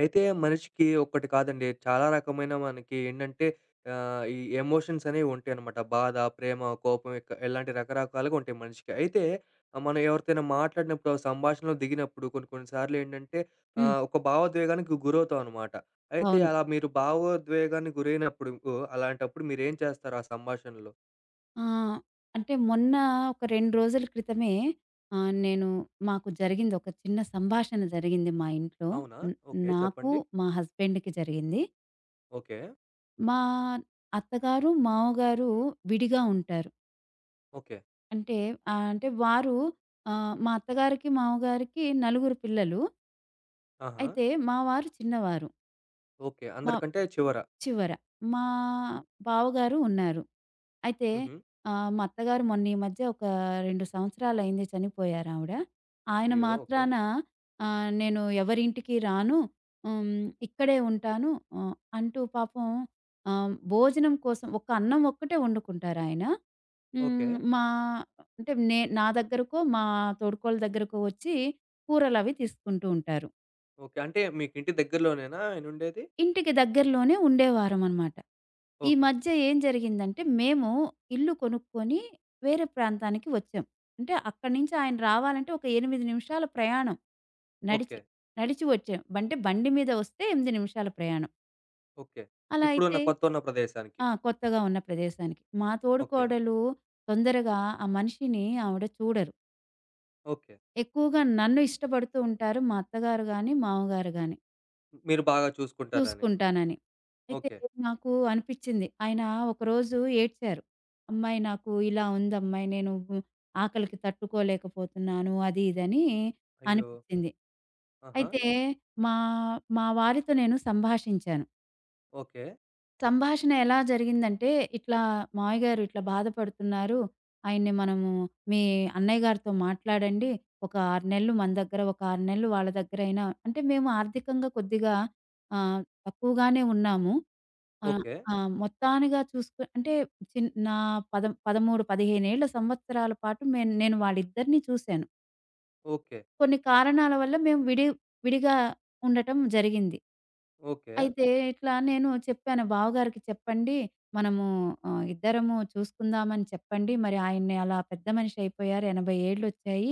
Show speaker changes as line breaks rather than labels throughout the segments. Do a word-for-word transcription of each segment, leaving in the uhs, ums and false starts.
అయితే మనిషికి ఒక్కటి కాదండి. చాలా రకమైన మనకి ఏంటంటే ఆహ్, ఈ ఎమోషన్స్ అనేవి ఉంటాయన్నమాట. బాధ, ప్రేమ, కోపం ఇక ఇలాంటి రకరకాలుగా ఉంటాయి మనిషికి. అయితే ఆ, మనం ఎవరితోనా మాట్లాడినప్పుడు, ఆ సంభాషణలో దిగినప్పుడు కొన్ని కొన్ని సార్లు ఏంటంటే
హ్మ్.
ఆహ్, ఒక భావోద్వేగానికి గురవుతాం అనమాట. అయితే
అవును.
అలా మీరు భావోద్వేగానికి గురైనప్పుడు ఆహ్, అలాంటప్పుడు మీరేం చేస్తారు ఆ సంభాషణలో?
ఆహ్, అంటే మొన్న ఒక రెండు రోజుల క్రితమే, ఆహ్, నేను మాకు జరిగింది. ఒక చిన్న సంభాషణ జరిగింది మా ఇంట్లో.
అవునా?
న్
ఓకే.
నాకు,
చెప్పండి.
మా హస్బెండ్‌కి జరిగింది.
ఓకే.
మా అత్తగారు, మామగారు విడిగా ఉంటారు.
ఓకే.
అంటే ఆహ్, అంటే వారు, ఆహ్, మా అత్తగారికి, మామగారికి నలుగురు పిల్లలు.
ఆహా!
అయితే మా వారు చిన్నవారు.
ఓకే.
మా
అందరికంటే చివర.
చివర. మా బావగారు ఉన్నారు. అయితే
హుహు.
ఆహ్, మా అత్తగారు మొన్న ఈ మధ్య ఒక రెండు సంవత్సరాలయింది చనిపోయారావిడ. ఆయన
అయ్యో! ఓకే.
మాత్రాన, ఆహ్, నేను ఎవరింటికి రాను. హ్మ్. ఇక్కడే ఉంటాను, ఆహ్, అంటూ పాపం ఆహ్, భోజనం కోసం ఒక అన్నం ఒక్కటే వండుకుంటారాయన.
ఓకే.
హ్మ్. మా అంటే నే నా దగ్గరకో, మా తోడుకోడలి దగ్గరకో వచ్చి కూరలవి తీసుకుంటూ ఉంటారు.
ఓకే. అంటే మీకింటి దగ్గరలోనేనా ఆయనుండేది?
ఇంటికి దగ్గరలోనే ఉండేవారమనమాట. ఈ
ఓకే.
మధ్య ఏం జరిగిందంటే, మేము ఇల్లు కొనుక్కొని వేరే ప్రాంతానికి వచ్చాం. అంటే అక్కడి నుంచి ఆయన రావాలంటే ఒక ఎనిమిది నిమిషాల ప్రయాణం
ఓకే.
నడిచి. నడిచి వచ్చాం. అంటే బండి మీద వస్తే ఎనిమిది నిమిషాల ప్రయాణం.
ఓకే.
అలా
ఇప్పుడున్న
అయితే
కొత్తగున్న ప్రదేశానికి.
ఆ! కొత్తగా ఉన్న ప్రదేశానికి. మా
ఓకే.
తోడికోడలు తొందరగా ఆ మనిషిని ఆవిడ చూడరు.
ఓకే.
ఎక్కువగా నన్ను ఇష్టపడుతూ ఉంటారు మా అత్తగారు గాని, మామగారు గాని.
మీరు బాగా చూసుకుంటారని.
చూసుకుంటానని. అయితే
ఓకే.
నాకు అనిపిచ్చింది, ఆయన ఒకరోజు ఏడ్చారు. "అమ్మాయి నాకు ఇలా ఉందమ్మాయి. నేను ఆకలికి తట్టుకోలేకపోతున్నాను." అది ఇదని
అయ్యో!
అనిపిచ్చింది.
ఆహా!
అయితే మా మా వారితో నేను సంభాషించాను.
ఓకే.
సంభాషణ ఎలా జరిగిందంటే, ఇట్లా మావయ్య గారు ఇట్లా బాధపడుతున్నారు. ఆయన్ని మనము మీ అన్నయ్య గారితో మాట్లాడండి. ఒక ఆరు నెలలు మన దగ్గర, ఒక ఆరు నెలలు వాళ్ళ దగ్గరైనా. అంటే మేము ఆర్థికంగా కొద్దిగా ఆహ్, తక్కువగానే ఉన్నాము. ఆహ్,
ఓకే.
ఆహ్, మొత్తానిగా చూసుకు అంటే, చిన్ నా పద పదమూడు, పదిహేను ఏళ్ల సంవత్సరాల పాటు మేన్ నేను వాళ్ళిద్దరిని చూసాను.
ఓకే.
కొన్ని కారణాల వల్ల మేము విడి విడిగా ఉండటం జరిగింది.
ఓకే.
అయితే ఇట్లా నేను చెప్పాను, బావగారికి చెప్పండి. మనము ఆహ్, ఇద్దరము చూసుకుందామని చెప్పండి. మరి ఆయన్ని అలా పెద్ద మనిషి అయిపోయారు. ఎనభై ఏళ్ళొచ్చాయి.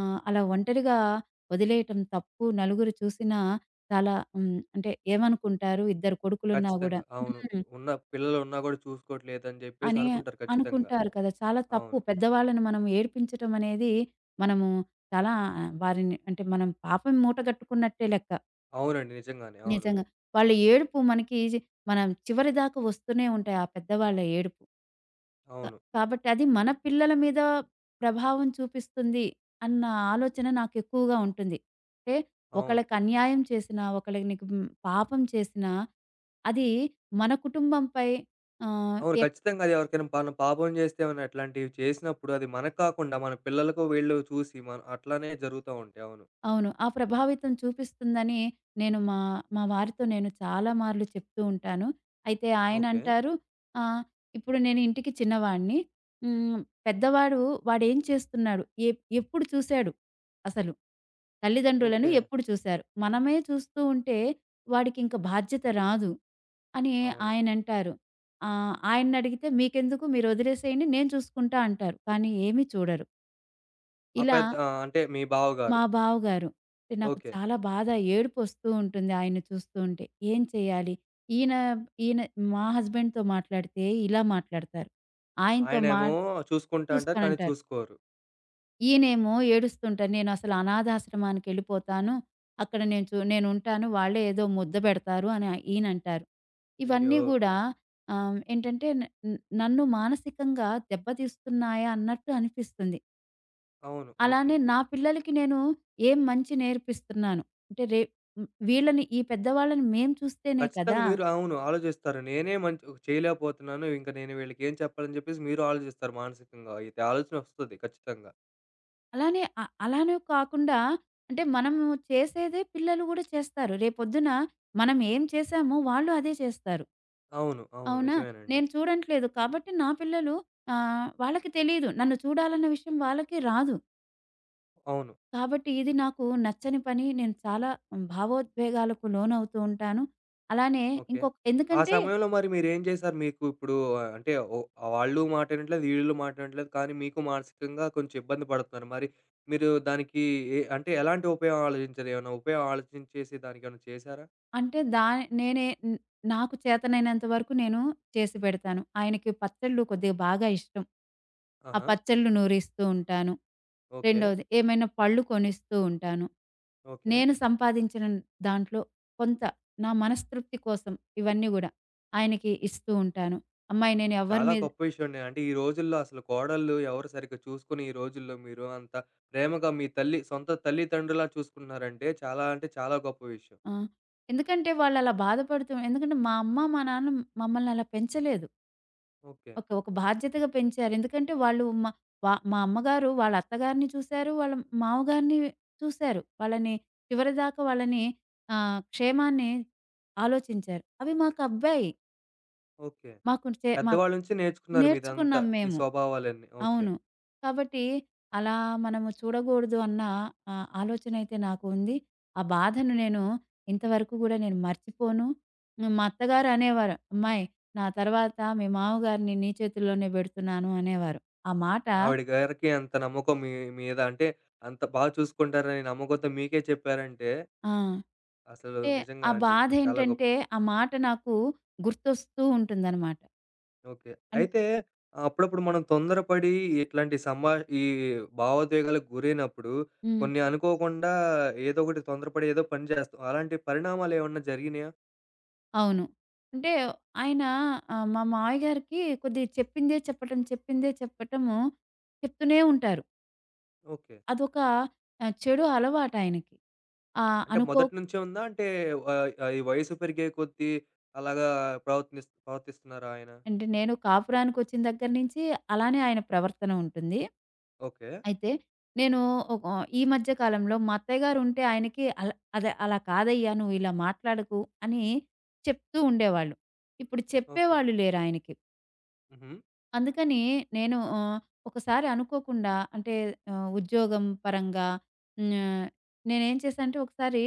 ఆహ్, అలా ఒంటరిగా వదిలేయటం తప్పు. నలుగురు చూసినా చాలా హ్మ్. అంటే ఏమనుకుంటారు? ఇద్దరు కొడుకులున్నా గూడా.
ఖచ్చితంగా. అవును.
హ్మ్.
ఉన్న పిల్లలున్నా గూడా చూసుకోవట్లేదని జెప్పేసి
అని
అనుకుంటారు ఖచ్చితంగా.
అనుకుంటారు కదా! చాలా తప్పు.
అవును.
పెద్దవాళ్ళని మనం ఏడిపించటం అనేది, మనము చాలా ఆ, వారిని అంటే మనం పాపం మూటగట్టుకున్నట్టే లెక్క.
అవునండి. నిజంగానే. అవును.
నిజంగా. వాళ్ళ ఏడుపు మనకి చి- మనం చివరిదాకా వస్తూనే ఉంటాయి, ఆ పెద్దవాళ్ళ ఏడుపు. క
అవును.
కాబట్టి అది మన పిల్లల మీద ప్రభావం చూపిస్తుంది అన్న ఆలోచన నాకెక్కువగా ఉంటుంది. అంటే
అవును.
ఒకళ్ళకి అన్యాయం చేసినా, ఒకళ్ళకి నీకు హ్మ్, పాపం చేసినా, అది మన కుటుంబంపై. ఆహ్,
అవును. ఖచ్చితంగా అది ఎవరికైనా మనం పాపం జేస్తే ఏమన్నా అట్లాంటివి చేసినప్పుడు అది మనకు కాకుండా మన పిల్లలకో వీళ్ళో చూసి మన అట్లానే జరుగుతా ఉంటాయి. అవును.
అవును, ఆ ప్రభావితం చూపిస్తుందని, నేను మా మా వారితో నేను చాలా మార్లు చెప్తూ ఉంటాను. అయితే
ఓకే.
ఆయనంటారు, ఆహ్, ఇప్పుడు నేను ఇంటికి చిన్నవాడిని. హ్మ్. పెద్దవాడు వాడేం చేస్తున్నాడు? ఎప్ ఎప్పుడు చూసాడు అసలు? తల్లిదండ్రులను
ఓకే.
ఎప్పుడు చూసారు? మనమే చూస్తూ ఉంటే వాడికింక బాధ్యత రాదు అని
అవును.
ఆయనంటారు. ఆహ్, ఆయన్నడిగితే మీకెందుకు మీరు వదిలేసేయండి, నేను చూసుకుంటా అంటారు. కానీ ఏమీ చూడరు.
ఆ!
ఇలా
పెద్ద ఆ! అంటే మీ బావగారు.
మా బావగారు. అంటే నాకు
ఓకే.
చాలా బాధ, ఏడుపొస్తూ ఉంటుంది ఆయన్ని చూస్తూ ఉంటే. ఏం చేయాలి? ఈయన ఈయన మా హస్బెండ్‌తో మాట్లాడితే ఇలా మాట్లాడతారు. ఆయనతో మా
ఆయనేమో చూసుకుంటా అంటారు. కానీ
చూసుకోనంటారు.
చూసుకోరు.
ఈయనేమో ఏడుస్తుంటారు. నేనసలు అనాథాశ్రమానికెళ్ళిపోతాను. అక్కడ నేను చు నేనుంటాను. వాళ్ళే ఏదో ముద్ద పెడతారు అని ఈయనంటారు.
అయ్యో!
ఇవన్నీ గూడా
ఆ!
ఆహ్, ఏంటంటే, న నన్ను మానసికంగా దెబ్బతీస్తున్నాయా అన్నట్టు అనిపిస్తుంది.
అవును. ఓకే.
అలానే నా పిల్లలకి నేను ఏం మంచి నేర్పిస్తున్నాను. అంటే రే హ్మ్. వీళ్ళని, ఈ పెద్దవాళ్ళని మేము చూస్తేనే
ఖచ్చితంగా
కదా!
మీరు అవును. ఆలోచిస్తారు. నేనే మంచి ఒక చేయలేకపోతున్నాను. ఇంక నేను వీళ్ళకేం చెప్పాలని చెప్పేసి మీరు ఆలోచిస్తారు మానసికంగా. అయితే ఆలోచనొస్తది ఖచ్చితంగా.
అలానే అ అలానే కాకుండా, అంటే మనము చేసేదే పిల్లలు గూడా చేస్తారు. రేపొద్దున మనం ఏం చేశామో వాళ్ళు అదే చేస్తారు.
అవును. అవును.
అవునా?
నిజమేనండి.
నేను చూడట్లేదు కాబట్టి నా పిల్లలు, ఆహ్, వాళ్ళకి తెలీదు. నన్ను చూడాలన్న విషయం వాళ్ళకి రాదు.
అవును.
కాబట్టి ఇది నాకు నచ్చని పని. నేను చాలా భావోద్వేగాలకు లోనవుతూ ఉంటాను. అలానే
ఓకే.
ఇంకొక
ఆ
ఎందుకంటే,
సమయంలో మరి మీరేం జేశారు? మీకు ఇప్పుడు ఆహ్, అంటే ఓ వాళ్ళు మాట ఇనట్లేదు, వీళ్ళు మాట ఇనట్లేదు, కానీ మీకు మానసికంగా కొంచెం ఇబ్బంది పడుతున్నారు. మరి మీరు దానికి ఎ అంటే ఎలాంటి ఉపాయం ఆలోచించారు? ఏమన్నా ఉపాయం ఆలోచించేసి దానికేమన్నా చేశారా?
అంటే దాని నేనే న్ నాకు చేతనైనంత వరకు నేను చేసి పెడతాను. ఆయనకి పచ్చళ్ళు కొద్దిగా బాగా ఇష్టం. ఆ
ఆహా!
పచ్చళ్ళు నూరిస్తూ ఉంటాను.
ఓకే.
రెండోది ఏమైనా పళ్ళు కొనిస్తూ ఉంటాను.
ఓకే.
నేను సంపాదించిన దాంట్లో కొంత నా మనస్తృప్తి కోసం ఇవన్నీ గూడా ఆయనకి ఇస్తూ ఉంటాను. అమ్మాయి నేను ఎవరి
చాలా
మీద
గొప్ప విషయమండి. అంటే ఈ రోజుల్లో అసలు కోడళ్ళు ఎవరు సరిగ్గా చూసుకోని ఈ రోజుల్లో మీరు అంత ప్రేమగా మీ తల్లి సొంత తల్లిదండ్రులా చూసుకుంటున్నారంటే చాలా అంటే చాలా గొప్ప విషయం.
ఆ! ఎందుకంటే వాళ్ళు అలా బాధపడుతూ, ఎందుకంటే మా అమ్మ, మా నాన్న మమ్మల్ని అలా పెంచలేదు.
ఓకే.
ఒక ఒక బాధ్యతగా పెంచారు. ఎందుకంటే వాళ్ళు మా వా మా అమ్మగారు వాళ్ళ అత్తగారిని చూసారు. వాళ్ళ మామగారిని చూసారు. వాళ్ళని చివరిదాకా వాళ్ళని ఆహ్, క్షేమాన్ని ఆలోచించారు. అవి మాకబ్బాయి.
ఓకే.
మాకు చే మాకు
పెద్దవాళ్ళ నుంచి నేర్చుకున్నారు మీదంతా
నేర్చుకున్నాం
ఈ
మేము.
స్వభావాలన్నీ. ఓకే.
అవును. కాబట్టి అలా మనము చూడగూడదు అన్న ఆహ్, ఆలోచన అయితే నాకు ఉంది. ఆ బాధను నేను ఇంతవరకు గూడా నేను మర్చిపోను. హ్మ్. మా అత్తగారు అనేవారు, "అమ్మాయి, నా తర్వాత మీ మామగారిని నీ చేతుల్లోనే బెడుతున్నాను" అనేవారు. ఆ మాట
ఆవిడ గారికి అంత నమ్మకం మీ మీద అంటే అంత బాగా చూసుకుంటారని నమ్మకంతో మీకే చెప్పారంటే
ఆ!
అసలు
అంటే
నిజంగా
ఆ
అండి మ చాలా గొప్ప.
బాధేంటంటే, ఆ మాట నాకు గుర్తొస్తూ ఉంటుందనమాట.
ఓకే.
అన్
అయితే అప్పుడప్పుడు మనం తొందరపడి ఇట్లాంటి సంభా ఈ భావోద్వేగాలకు గురైనప్పుడు
హ్మ్.
కొన్ని అనుకోకుండా ఏదో ఒకటి తొందరపడి ఏదో పని చేస్తాం. అలాంటి పరిణామాలు ఏమన్నా జరిగినాయా?
అవును. అంటే ఆయన, ఆహ్, మా మావయ్య గారికి కొద్దిగా చెప్పిందే చెప్పటం, చెప్పిందే చెప్పటము చెప్తూనే ఉంటారు.
ఓకే.
అదొక ఆహ్, చెడు అలవాటాయనకి. ఆహ్,
అంటే
అనుకో,
మొదటి నుంచే ఉందా? అంటే ఆహ్, ఆహ్, ఈ వయసు పెరిగే కొద్దీ అలాగా ప్రవర్తిస్ ప్రవర్తిస్తున్నారా ఆయన?
అంటే నేను కాపురానికొచ్చిన దగ్గర నుంచి అలానే ఆయన ప్రవర్తన ఉంటుంది.
ఓకే.
అయితే నేను, ఒక ఈ మధ్య కాలంలో మా అత్తయ్య గారుంటే ఆయనకి అల అదే "అలా కాదయ్యా! నువ్వు ఇలా మాట్లాడకు" అని చెప్తూ ఉండేవాళ్ళు. ఇప్పుడు
ఓకే.
చెప్పేవాళ్ళు లేరాయనకి.
హుహు.
అందుకని నేను, ఆహ్, ఒకసారి అనుకోకుండా, అంటే ఆహ్, ఉద్యోగం పరంగా, హ్మ్. నేనేం చేశా అంటే, ఒకసారి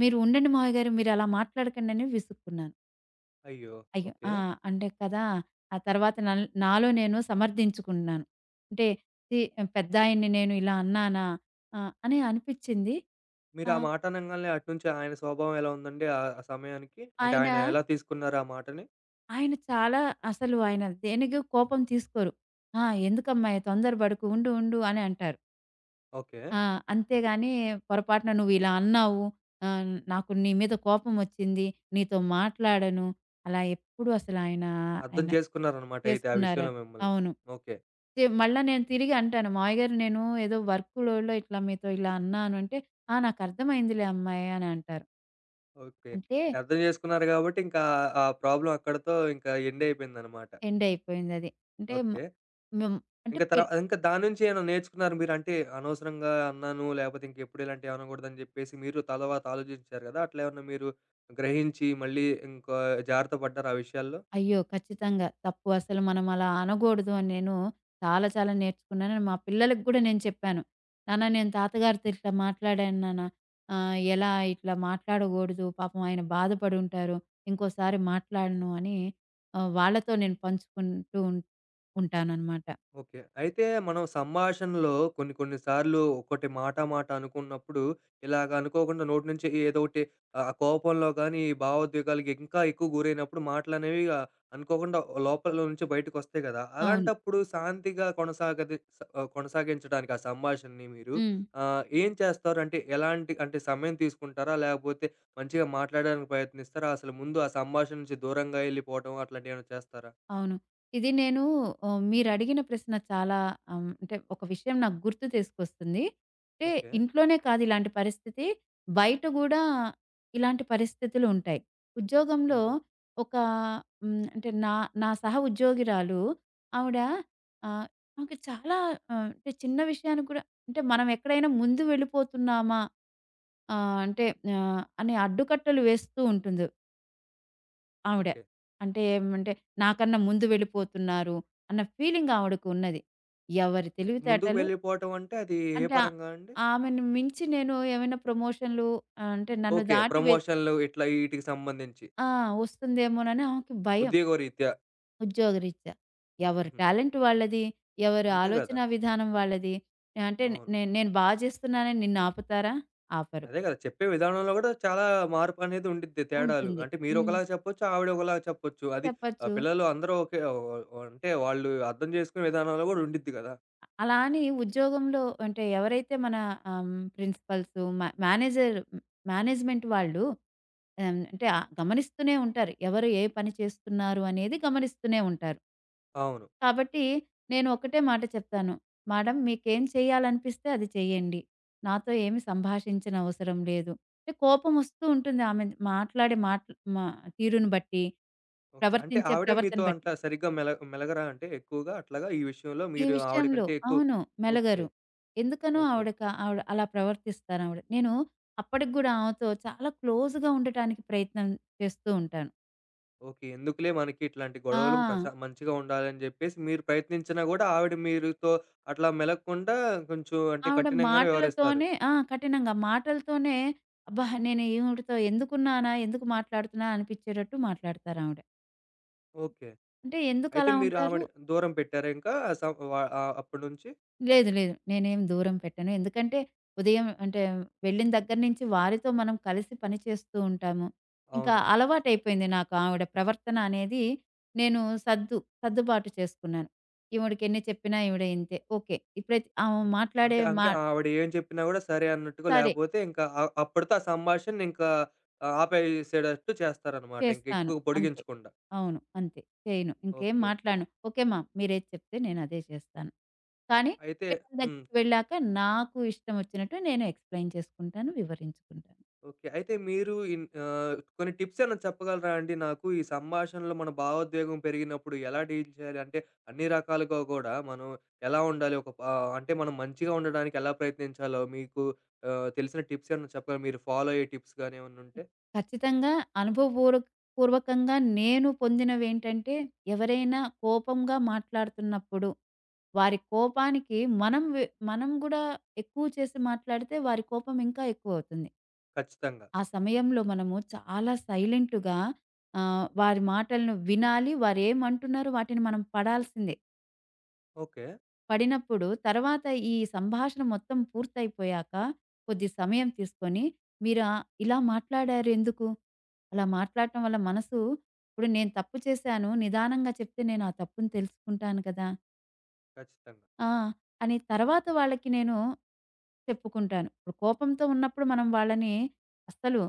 "మీరు ఉండండి మావయ్య గారు, మీరు అలా మాట్లాడకండని" విసుక్కున్నాను.
అయ్యో!
అయ్యో!
ఓకే.
ఆ! అంటే కదా! ఆ తర్వాత నల్ నాలో నేను సమర్థించుకున్నాను. అంటే ఛీ! పెద్దాయన్ని నేను ఇలా అన్నానా? ఆహ్, అని అనిపిచ్చింది.
మీరు ఆ
ఆహ్,
మాట అనంగాల్నే అటునుంచి ఆయన స్వభావం ఎలా ఉందండి ఆ ఆ సమయానికి? అంటే
ఆయన,
ఆయన ఎలా తీసుకున్నారు ఆ మాటని?
ఆయన చాలా, అసలు ఆయన దేనికి కోపం తీసుకోరు. "ఆ! ఎందుకమ్మాయి తొందర బడకు, ఉండు, ఉండు" అని అంటారు.
ఓకే.
ఆ! అంతేగాని పొరపాటున నువ్విలా అన్నావు, ఆహ్, నాకు నీ మీద కోపమొచ్చింది, నీతో మాట్లాడను, అలా ఎప్పుడు అసలు ఆయన
అర్థం
ఆయన
చేసుకున్నారనమాట అయితే ఆ విషయంలో
చేసుకున్నారని.
మిమ్మల్ని.
అవును.
ఓకే.
తే మళ్ళా నేను తిరిగి అంటాను, మావయ్య గారు నేను ఏదో వర్క్‌లోలో ఇట్లా మీతో ఇలా అన్నాను అంటే, "ఆ! నాకర్థమైందిలే అమ్మాయి" అని అంటారు.
ఓకే.
అంటే
అంటే అర్థం చేసుకున్నారు గాబట్టి ఇంకా ఆ ప్రాబ్లమ్ అక్కడితో ఇంకా ఎండ్ అయిపోయిందనమాట.
ఎండ్ అయిపోయిందది. అంటే మ
ఓకే.
మేం అంటే
ఇంకా
పె
తర్వా ఇంకా దాని నుంచి ఏమైనా నేర్చుకున్నారా మీరు? అంటే అనవసరంగా అన్నాను లేపోతే ఇంకెప్పుడు ఇలాంటివి అనకూడదని జెప్పేసి మీరు తరువాత ఆలోచించారు గదా! అట్లా ఏమన్నా మీరు గ్రహించి మళ్ళీ ఇంకా జాగ్రత్త పడ్డారా ఆ విషయాల్లో?
అయ్యో! ఖచ్చితంగా, తప్పు అసలు మనం అలా అనకూడదు అని నేను చాలా చాలా నేర్చుకున్నాను. మా పిల్లలకి కూడా నేను చెప్పాను. "నాన్న నేను తాతగారితో ఇట్లా మాట్లాడాను నాన్న. ఆహ్, ఎలా ఇట్లా మాట్లాడకూడదు. పాపం ఆయన బాధపడి ఉంటారు. ఇంకోసారి మాట్లాడను" అని ఆహ్, వాళ్ళతో నేను పంచుకుంటూ ఉం ఉంటాననమాట.
ఓకే. అయితే మనం సంభాషణలో కొన్ని కొన్ని సార్లు ఒకటి మాట మాట అనుకున్నప్పుడు ఇలాగ అనుకోకుండా నోటి నుంచి ఏదో ఒకటి ఆ కోపంలో గానీ, ఈ భావోద్వేగాలకి ఇంకా ఎక్కువ గురైనప్పుడు మాటలనేవి ఆహ్, అనుకోకుండా లోపల నుంచి బయటకొస్తాయి కదా!
అవును.
అలాంటప్పుడు శాంతిగా కొనసాగది స ఆహ్, కొనసాగించడానికి ఆ సంభాషణని మీరు
హ్మ్.
ఆహ్, ఏం చేస్తారు? అంటే ఎలాంటి అంటే సమయం తీసుకుంటారా? లేకపోతే మంచిగా మాట్లాడడానికి ప్రయత్నిస్తారా? అసలు ముందు ఆ సంభాషణ నుంచి దూరంగా ఎళ్ళిపోవటం అట్లాంటియేమైనా చేస్తారా?
అవును. ఇది నేను, ఆహ్, మీరడిగిన ప్రశ్న చాలా, ఆహ్, అంటే ఒక విషయం నాకు గుర్తు తీసుకొస్తుంది. అంటే
ఓకే.
ఇంట్లోనే కాదు ఇలాంటి పరిస్థితి. బయట గూడా ఇలాంటి పరిస్థితులు ఉంటాయి. ఉద్యోగంలో
హుహు.
ఒక హ్మ్. అంటే నా నా సహ ఉద్యోగిరాలు ఆవిడ, ఆహ్, నాకు చాలా, ఆహ్, అంటే చిన్న విషయానికి కూడా, అంటే మనం ఎక్కడైనా ముందు వెళ్ళిపోతున్నామా, ఆహ్, అంటే, ఆహ్, అనే అడ్డుకట్టలు వేస్తూ ఉంటుంది ఆవిడే.
ఓకే.
అంటే ఏమంటే, నాకన్నా ముందు వెళ్ళిపోతున్నారు అన్న ఫీలింగ్ ఆవిడకు ఉన్నది. ఎవరి
అంటే ముందుకు
తెలివితేటలు,
వెళ్ళిపోవటం అంటే అది ఏ
అంటే ఆ-
పరంగా అండి?
ఆమెను మించి నేను ఏమైనా ప్రమోషన్‌లు అంటే నన్ను
ఓకే.
దాటి వెల్
ప్రమోషన్‌లు ఇట్లా ఈటికి సంబంధించి.
ఆ! వస్తుందేమోనని ఆమెకి భయం,
ఉద్యోగరీత్యా.
ఉద్యోగరీత్యా. ఎవరి
హుహు.
టాలెంట్ వాళ్ళది. ఎవరి
అంతే గదా!
ఆలోచనా విధానం వాళ్ళది. అంటే
అవును.
నే నేను బా చేస్తున్నానని నిన్ను ఆపుతారా? ఆపరు.
అదే గదా! చెప్పే విధానంలో గూడా చాలా మార్పనేది ఉండిద్ది తేడాలు.
ఉంటుంది.
అంటే
హ్మ్.
మీరొకలాగా చెప్పొచ్చు, ఆవిడ ఒకలాగా చెప్పొచ్చు. అది ఆహ్,
చెప్పచ్చు.
పిల్లలు అందరూ ఒకే ఓ ఓ అంటే వాళ్ళు అర్థం జేసుకునే విధానంలో గూడా ఉండిద్ది గదా!
అలా అని ఉద్యోగంలో అంటే ఎవరైతే మన, ఆహ్, ప్రిన్సిపల్స్ మా మేనేజర్ మేనేజ్మెంట్ వాళ్ళు, ఆహ్, అంటే ఆ గమనిస్తూనే ఉంటారు. ఎవరు ఏ పని చేస్తున్నారు అనేది గమనిస్తూనే ఉంటారు.
అవును.
కాబట్టి నేను ఒకటే మాట చెప్తాను, మేడం మీకేం చేయాలనిపిస్తే అది చేయండి, నాతో ఏమి సంభాషించనవసరం లేదు. అంటే కోపం వస్తూ ఉంటుంది ఆమె మాట్లాడే మాట్ మా తీరును బట్టి,
ఓకే. అంటే
ప్రవర్తించే
ఆవిడే
ప్రవర్తన
మీతో
బట్టి.
అంట్లా సరిగ్గా మెల మెలగరా అంటే ఎక్కువగా అట్లాగా ఈ విషయంలో
ఈ
మీరు ఆవిడ
విషయంలో
కంటే ఎక్కువ
అవును.
ఓకే.
మెలగరు. ఎందుకనో
ఓకే.
ఆవిడక ఆవిడ అలా ప్రవర్తిస్తారావిడ. నేను అప్పటికి గూడా ఆమెతో చాలా క్లోజ్‌గా ఉండటానికి ప్రయత్నం చేస్తూ ఉంటాను.
ఓకే. ఎందుకులే మనకి ఇట్లాంటి గొడవలు
ఆ!
ప్రశా మంచిగా ఉండాలని జెప్పేసి మీరు ప్రయత్నించినా గూడా ఆవిడ మీరుతో అట్లా మెలగకుండా కొంచెం అంటే
ఆవిడ
కఠినంగానే వ్యవహరిస్తారు.
మాటలతోనే, ఆ! కఠినంగా మాటలతోనే. అబ్బా! నేను ఈవిడతో ఎందుకున్నానా? ఎందుకు మాట్లాడుతున్నా? అనిపిచ్చేటట్టు మాట్లాడతారావిడ.
ఓకే.
అంటే
అయితే
ఎందుకలా
మీరు ఆవిడ
ఉంటారు?
దూరం పెట్టారా ఇంకా సం వ ఆహ్, అప్పటి నుంచి?
లేదు. లేదు. నేనేం దూరం పెట్టను, ఎందుకంటే ఉదయం అంటే వెళ్ళిన దగ్గర నుంచి వారితో మనం కలిసి పని చేస్తూ ఉంటాము. ఇంకా
అవును.
అలవాటైపోయింది నాకు ఆవిడ ప్రవర్తన అనేది. నేను సద్దు సర్దుబాటు చేసుకున్నాను. ఈవిడకెన్ని చెప్పినా ఈవిడ ఇంతే. ఓకే. ఇప్పుడైతే ఆమె
ఓకే.
మాట్లాడే
ఇంకా
మా
ఇంకా ఆవిడ ఏం చెప్పినా గూడా సరే అన్నట్టుగా
సరే
లేపోతే ఇంకా అ అప్పటితో ఆ సంభాషణని ఇంకా ఆహ్, ఆపేసేటట్టు చేస్తారనమాట.
చేస్తాను.
ఇంకెక్కువ
అంతే.
పొడిగించకుండా.
అవును. అంతే. చేయను. ఇంకేం
ఓకే. ఓకే.
మాట్లాడను. ఓకే మామ్, మీరేది చెప్తే నేను అదే చేస్తాను. కానీ
అయితే
పిల్లల
హ్మ్.
దగ్గరికి వెళ్ళాక నాకు ఇష్టం వచ్చినట్టు నేను ఎక్స్‌ప్లెయిన్ చేసుకుంటాను. వివరించుకుంటాను.
ఓకే. అయితే మీరు ఇన్ ఆహ్, కొన్ని టిప్స్ ఏమైనా చెప్పగలరా అండి నాకు? ఈ సంభాషణలో మన భావోద్వేగం పెరిగినప్పుడు ఎలా డీల్ చేయాలి? అంటే అన్ని రకాలుగా గూడా మనం ఎలా ఉండాలి? ఒక ప ఆహ్, అంటే మనం మంచిగా ఉండడానికి ఎలా ప్రయత్నించాలో మీకు ఆహ్, తెలిసిన టిప్స్ ఏమైనా చెప్పగలరా? మీరు ఫాలో అయ్యే టిప్స్ గాని ఏమన్నా ఉంటే?
ఖచ్చితంగా అనుభవపూర్వక పూర్వకంగా నేను పొందినవేంటంటే, ఎవరైనా కోపంగా మాట్లాడుతున్నప్పుడు, వారి కోపానికి మనం వె మనం గూడా ఎక్కువ చేసి మాట్లాడితే వారి కోపం ఇంకా ఎక్కువవుతుంది.
ఖచ్చితంగా.
ఆ సమయంలో మనము చాలా సైలెంట్‌గా, ఆహ్, వారి మాటలను వినాలి. వారేమంటున్నారో వాటిని మనం పడాల్సిందే.
ఓకే.
పడినప్పుడు తర్వాత ఈ సంభాషణ మొత్తం పూర్తయిపోయాక, కొద్ది సమయం తీసుకొని, మీరు ఆహ్, ఇలా మాట్లాడారు ఎందుకు? అలా మాట్లాడటం వల్ల మనసు, ఇప్పుడు నేను తప్పు చేశాను, నిదానంగా చెప్తే నేను ఆ తప్పును తెలుసుకుంటాను కదా!
ఖచ్చితంగా.
ఆ! అని తర్వాత వాళ్ళకి నేను చెప్పుకుంటాను. ఇప్పుడు కోపంతో ఉన్నప్పుడు మనం వాళ్ళని అస్సలు,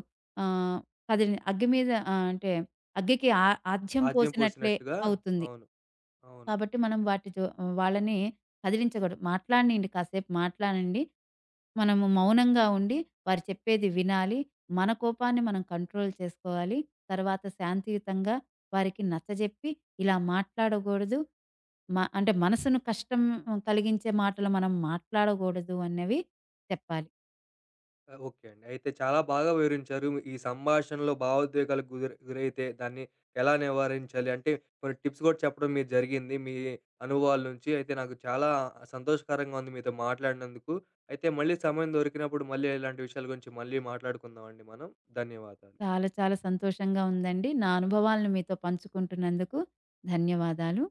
ఆహ్, కదిలి అగ్గి మీద, ఆహ్, అంటే అగ్గికి ఆ ఆజ్యం
ఆజ్యం
పోసినట్లే
పోసినట్టుగా.
అవుతుంది.
అవును. అవును.
కాబట్టి మనం వాటి జో వాళ్ళని కదిలించకూడదు. మాట్లాడనియండి కాసేపు, మాట్లాడండి. మనము మౌనంగా ఉండి వారు చెప్పేది వినాలి. మన కోపాన్ని మనం కంట్రోల్ చేసుకోవాలి. తర్వాత శాంతియుతంగా వారికి నచ్చజెప్పి, ఇలా మాట్లాడకూడదు, మ అంటే మనసును కష్టం కలిగించే మాటలు మనం మాట్లాడకూడదు అన్నవి చెప్పాలి.
ఆ! ఓకే అండి. అయితే చాలా బాగా వివరించారు. ఈ సంభాషణలో భావోద్వేగాలకు గురి గురైతే దాన్ని ఎలా నివారించాలి? అంటే కొన్ని టిప్స్ కూడా చెప్పడం మీరు జరిగింది. మీ అనుభవాల నుంచి. అయితే నాకు చాలా సంతోషకరంగా ఉంది మీతో మాట్లాడినందుకు. అయితే మళ్ళీ సమయం దొరికినప్పుడు మళ్ళీ ఇలాంటి విషయాల గురించి మళ్ళీ మాట్లాడుకుందామండి మనం. ధన్యవాదాలు.
చాలా చాలా సంతోషంగా ఉందండి. నా అనుభవాలను మీతో పంచుకుంటున్నందుకు ధన్యవాదాలు.